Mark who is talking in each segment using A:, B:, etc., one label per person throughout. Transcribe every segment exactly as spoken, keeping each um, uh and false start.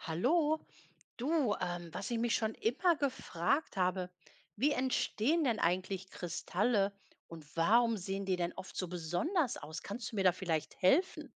A: Hallo, du, ähm, was ich mich schon immer gefragt habe, wie entstehen denn eigentlich Kristalle und warum sehen die denn oft so besonders aus? Kannst du mir da vielleicht helfen?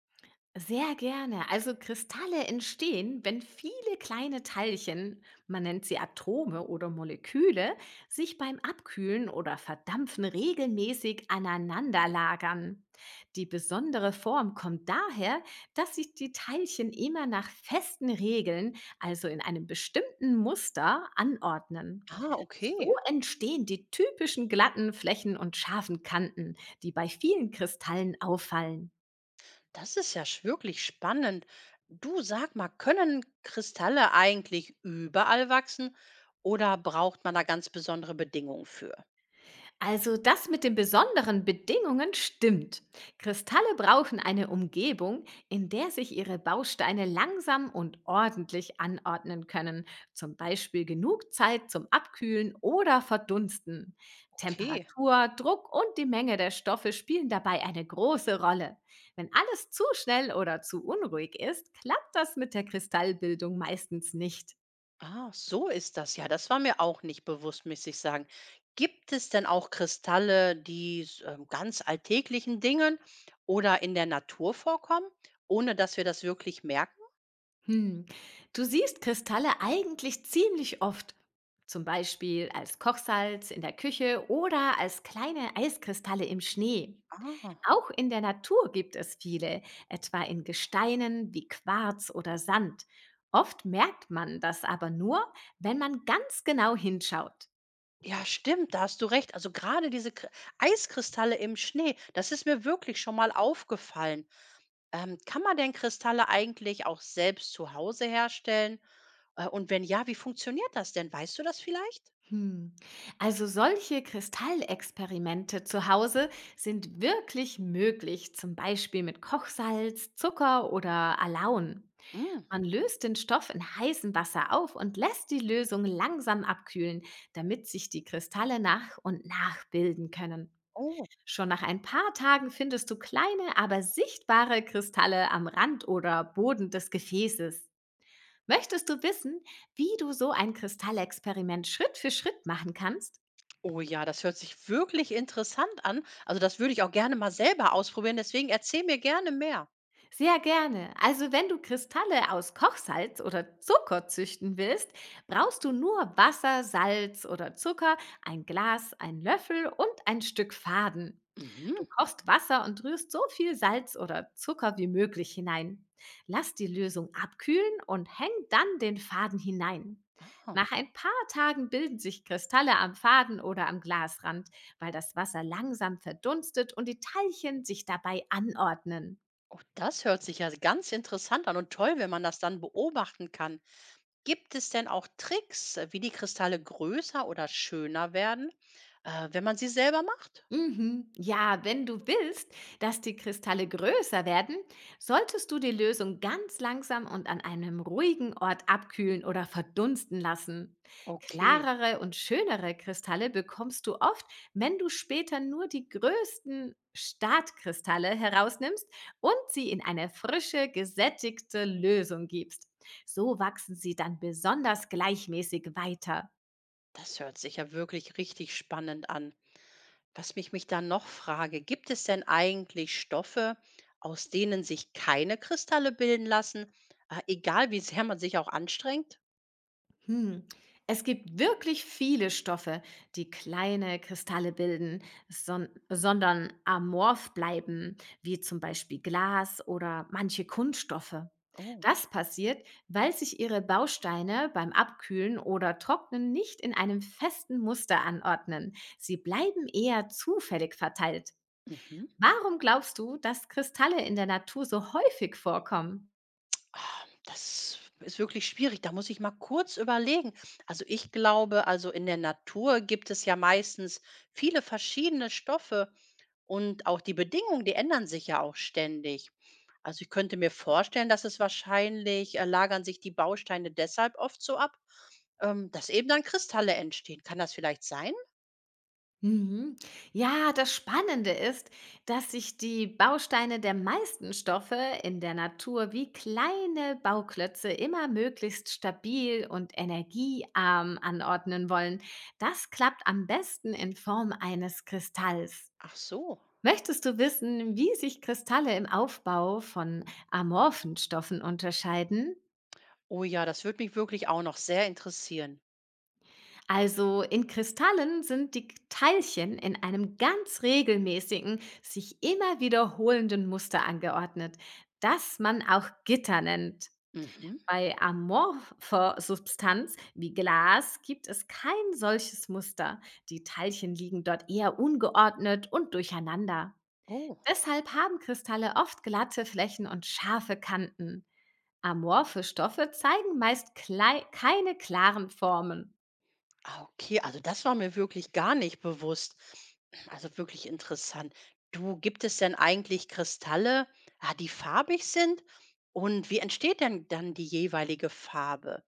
B: Sehr gerne. Also Kristalle entstehen, wenn viele kleine Teilchen, man nennt sie Atome oder Moleküle, sich beim Abkühlen oder Verdampfen regelmäßig aneinander lagern. Die besondere Form kommt daher, dass sich die Teilchen immer nach festen Regeln, also in einem bestimmten Muster, anordnen.
A: Ah,
B: So
A: okay.
B: entstehen die typischen glatten Flächen und scharfen Kanten, die bei vielen Kristallen auffallen.
A: Das ist ja sch- wirklich spannend. Du, sag mal, können Kristalle eigentlich überall wachsen oder braucht man da ganz besondere Bedingungen für?
B: Also das mit den besonderen Bedingungen stimmt. Kristalle brauchen eine Umgebung, in der sich ihre Bausteine langsam und ordentlich anordnen können, zum Beispiel genug Zeit zum Abkühlen oder Verdunsten.
A: Okay.
B: Temperatur, Druck und die Menge der Stoffe spielen dabei eine große Rolle. Wenn alles zu schnell oder zu unruhig ist, klappt das mit der Kristallbildung meistens nicht.
A: Ah, so ist das ja. Das war mir auch nicht bewusst, muss ich sagen. Gibt es denn auch Kristalle, die s- ähm, ganz alltäglichen Dingen oder in der Natur vorkommen, ohne dass wir das wirklich merken?
B: Hm. Du siehst Kristalle eigentlich ziemlich oft. Zum Beispiel als Kochsalz in der Küche oder als kleine Eiskristalle im Schnee.
A: Ah,
B: Auch in der Natur gibt es viele, etwa in Gesteinen wie Quarz oder Sand. Oft merkt man das aber nur, wenn man ganz genau hinschaut.
A: ja, stimmt, da hast du recht. Also gerade diese Kr- Eiskristalle im Schnee, das ist mir wirklich schon mal aufgefallen. Ähm, kann man denn Kristalle eigentlich auch selbst zu Hause herstellen? Äh, und wenn ja, wie funktioniert das denn? Weißt du das vielleicht?
B: Hm. Also solche Kristallexperimente zu Hause sind wirklich möglich, zum Beispiel mit Kochsalz, Zucker oder Alaun.
A: Mm.
B: Man löst den Stoff in heißem Wasser auf und lässt die Lösung langsam abkühlen, damit sich die Kristalle nach und nach bilden können.
A: Oh.
B: Schon nach ein paar Tagen findest du kleine, aber sichtbare Kristalle am Rand oder Boden des Gefäßes. Möchtest du wissen, wie du so ein Kristallexperiment Schritt für Schritt machen kannst?
A: Oh ja, das hört sich wirklich interessant an. Also das würde ich auch gerne mal selber ausprobieren. Deswegen erzähl mir gerne mehr.
B: Sehr gerne. Also wenn du Kristalle aus Kochsalz oder Zucker züchten willst, brauchst du nur Wasser, Salz oder Zucker, ein Glas, einen Löffel und ein Stück Faden. Du
A: Mhm.
B: kochst Wasser und rührst so viel Salz oder Zucker wie möglich hinein. Lass die Lösung abkühlen und häng dann den Faden hinein.
A: Ah,
B: Nach ein paar Tagen bilden sich Kristalle am Faden oder am Glasrand, weil das Wasser langsam verdunstet und die Teilchen sich dabei anordnen.
A: oh, das hört sich ja ganz interessant an und toll, wenn man das dann beobachten kann. Gibt es denn auch Tricks, äh, wie die Kristalle größer oder schöner werden, äh, wenn man sie selber macht?
B: Mhm. Ja, wenn du willst, dass die Kristalle größer werden, solltest du die Lösung ganz langsam und an einem ruhigen Ort abkühlen oder verdunsten lassen.
A: Okay,
B: Klarere und schönere Kristalle bekommst du oft, wenn du später nur die größten Startkristalle herausnimmst und sie in eine frische, gesättigte Lösung gibst. So wachsen sie dann besonders gleichmäßig weiter.
A: das hört sich ja wirklich richtig spannend an. Was mich mich dann noch frage, gibt es denn eigentlich Stoffe, aus denen sich keine Kristalle bilden lassen, äh, egal wie sehr man sich auch anstrengt?
B: Hm. Es gibt wirklich viele Stoffe, die kleine Kristalle bilden, son sondern amorph bleiben, wie zum Beispiel Glas oder manche Kunststoffe.
A: Oh.
B: Das passiert, weil sich ihre Bausteine beim Abkühlen oder Trocknen nicht in einem festen Muster anordnen. Sie bleiben eher zufällig verteilt.
A: Mhm.
B: Warum glaubst du, dass Kristalle in der Natur so häufig vorkommen?
A: Ah, das ist wirklich schwierig. Da muss ich mal kurz überlegen. Also ich glaube, also in der Natur gibt es ja meistens viele verschiedene Stoffe. Und auch die Bedingungen, die ändern sich ja auch ständig. Also ich könnte mir vorstellen, dass es wahrscheinlich äh, lagern sich die Bausteine deshalb oft so ab, ähm, dass eben dann Kristalle entstehen. Kann das vielleicht sein?
B: Mhm. Ja, das Spannende ist, dass sich die Bausteine der meisten Stoffe in der Natur wie kleine Bauklötze immer möglichst stabil und energiearm anordnen wollen. Das klappt am besten in Form eines Kristalls.
A: Ach so.
B: Möchtest du wissen, wie sich Kristalle im Aufbau von amorphen Stoffen unterscheiden?
A: Oh ja, das würde mich wirklich auch noch sehr interessieren.
B: Also in Kristallen sind die Teilchen in einem ganz regelmäßigen, sich immer wiederholenden Muster angeordnet, das man auch Gitter nennt.
A: Mhm.
B: Bei amorpher Substanz wie Glas gibt es kein solches Muster. Die Teilchen liegen dort eher ungeordnet und durcheinander.
A: Oh.
B: Deshalb haben Kristalle oft glatte Flächen und scharfe Kanten. Amorphe Stoffe zeigen meist klei keine klaren Formen.
A: Ah, okay, also das war mir wirklich gar nicht bewusst. Also wirklich interessant. Du, gibt es denn eigentlich Kristalle, ah, die farbig sind? Und wie entsteht denn dann die jeweilige Farbe?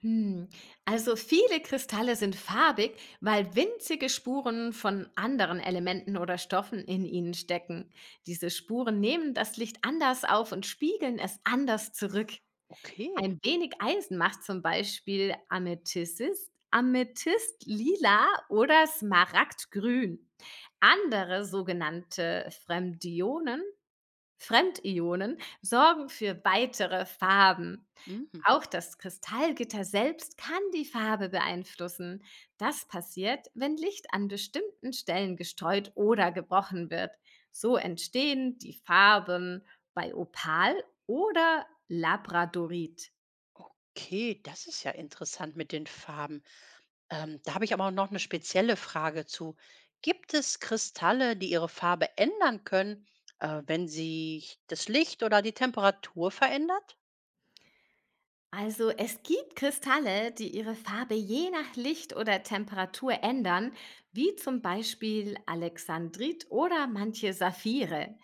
B: Hm. Also viele Kristalle sind farbig, weil winzige Spuren von anderen Elementen oder Stoffen in ihnen stecken. Diese Spuren nehmen das Licht anders auf und spiegeln es anders zurück.
A: Okay.
B: Ein wenig Eisen macht zum Beispiel Amethyst, Amethyst lila oder Smaragdgrün. Andere sogenannte Fremdionen Fremdionen sorgen für weitere Farben.
A: Mhm.
B: Auch das Kristallgitter selbst kann die Farbe beeinflussen. Das passiert, wenn Licht an bestimmten Stellen gestreut oder gebrochen wird. So entstehen die Farben bei Opal oder Labradorit.
A: Okay, das ist ja interessant mit den Farben. Ähm, da habe ich aber auch noch eine spezielle Frage zu. Gibt es Kristalle, die ihre Farbe ändern können, äh, wenn sich das Licht oder die Temperatur verändert?
B: Also es gibt Kristalle, die ihre Farbe je nach Licht oder Temperatur ändern, wie zum Beispiel Alexandrit oder manche Saphire.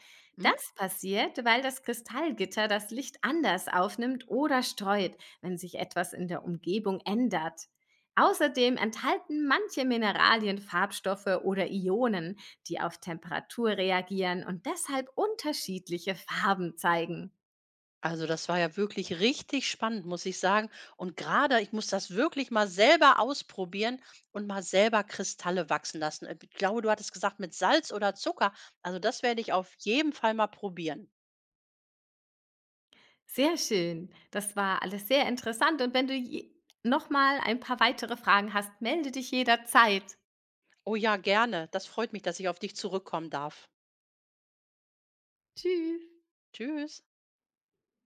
B: Das passiert, weil das Kristallgitter das Licht anders aufnimmt oder streut, wenn sich etwas in der Umgebung ändert. Außerdem enthalten manche Mineralien Farbstoffe oder Ionen, die auf Temperatur reagieren und deshalb unterschiedliche Farben zeigen.
A: Also, das war ja wirklich richtig spannend, muss ich sagen. Und gerade ich muss das wirklich mal selber ausprobieren und mal selber Kristalle wachsen lassen. Äh, ich glaube, du hattest gesagt, mit Salz oder Zucker. Also, das werde ich auf jeden Fall mal probieren.
B: Sehr schön. Das war alles sehr interessant und wenn du je noch mal ein paar weitere Fragen hast, melde dich jederzeit.
A: Oh ja, gerne. Das freut mich, dass ich auf dich zurückkommen darf.
B: Tschüss.
A: Tschüss.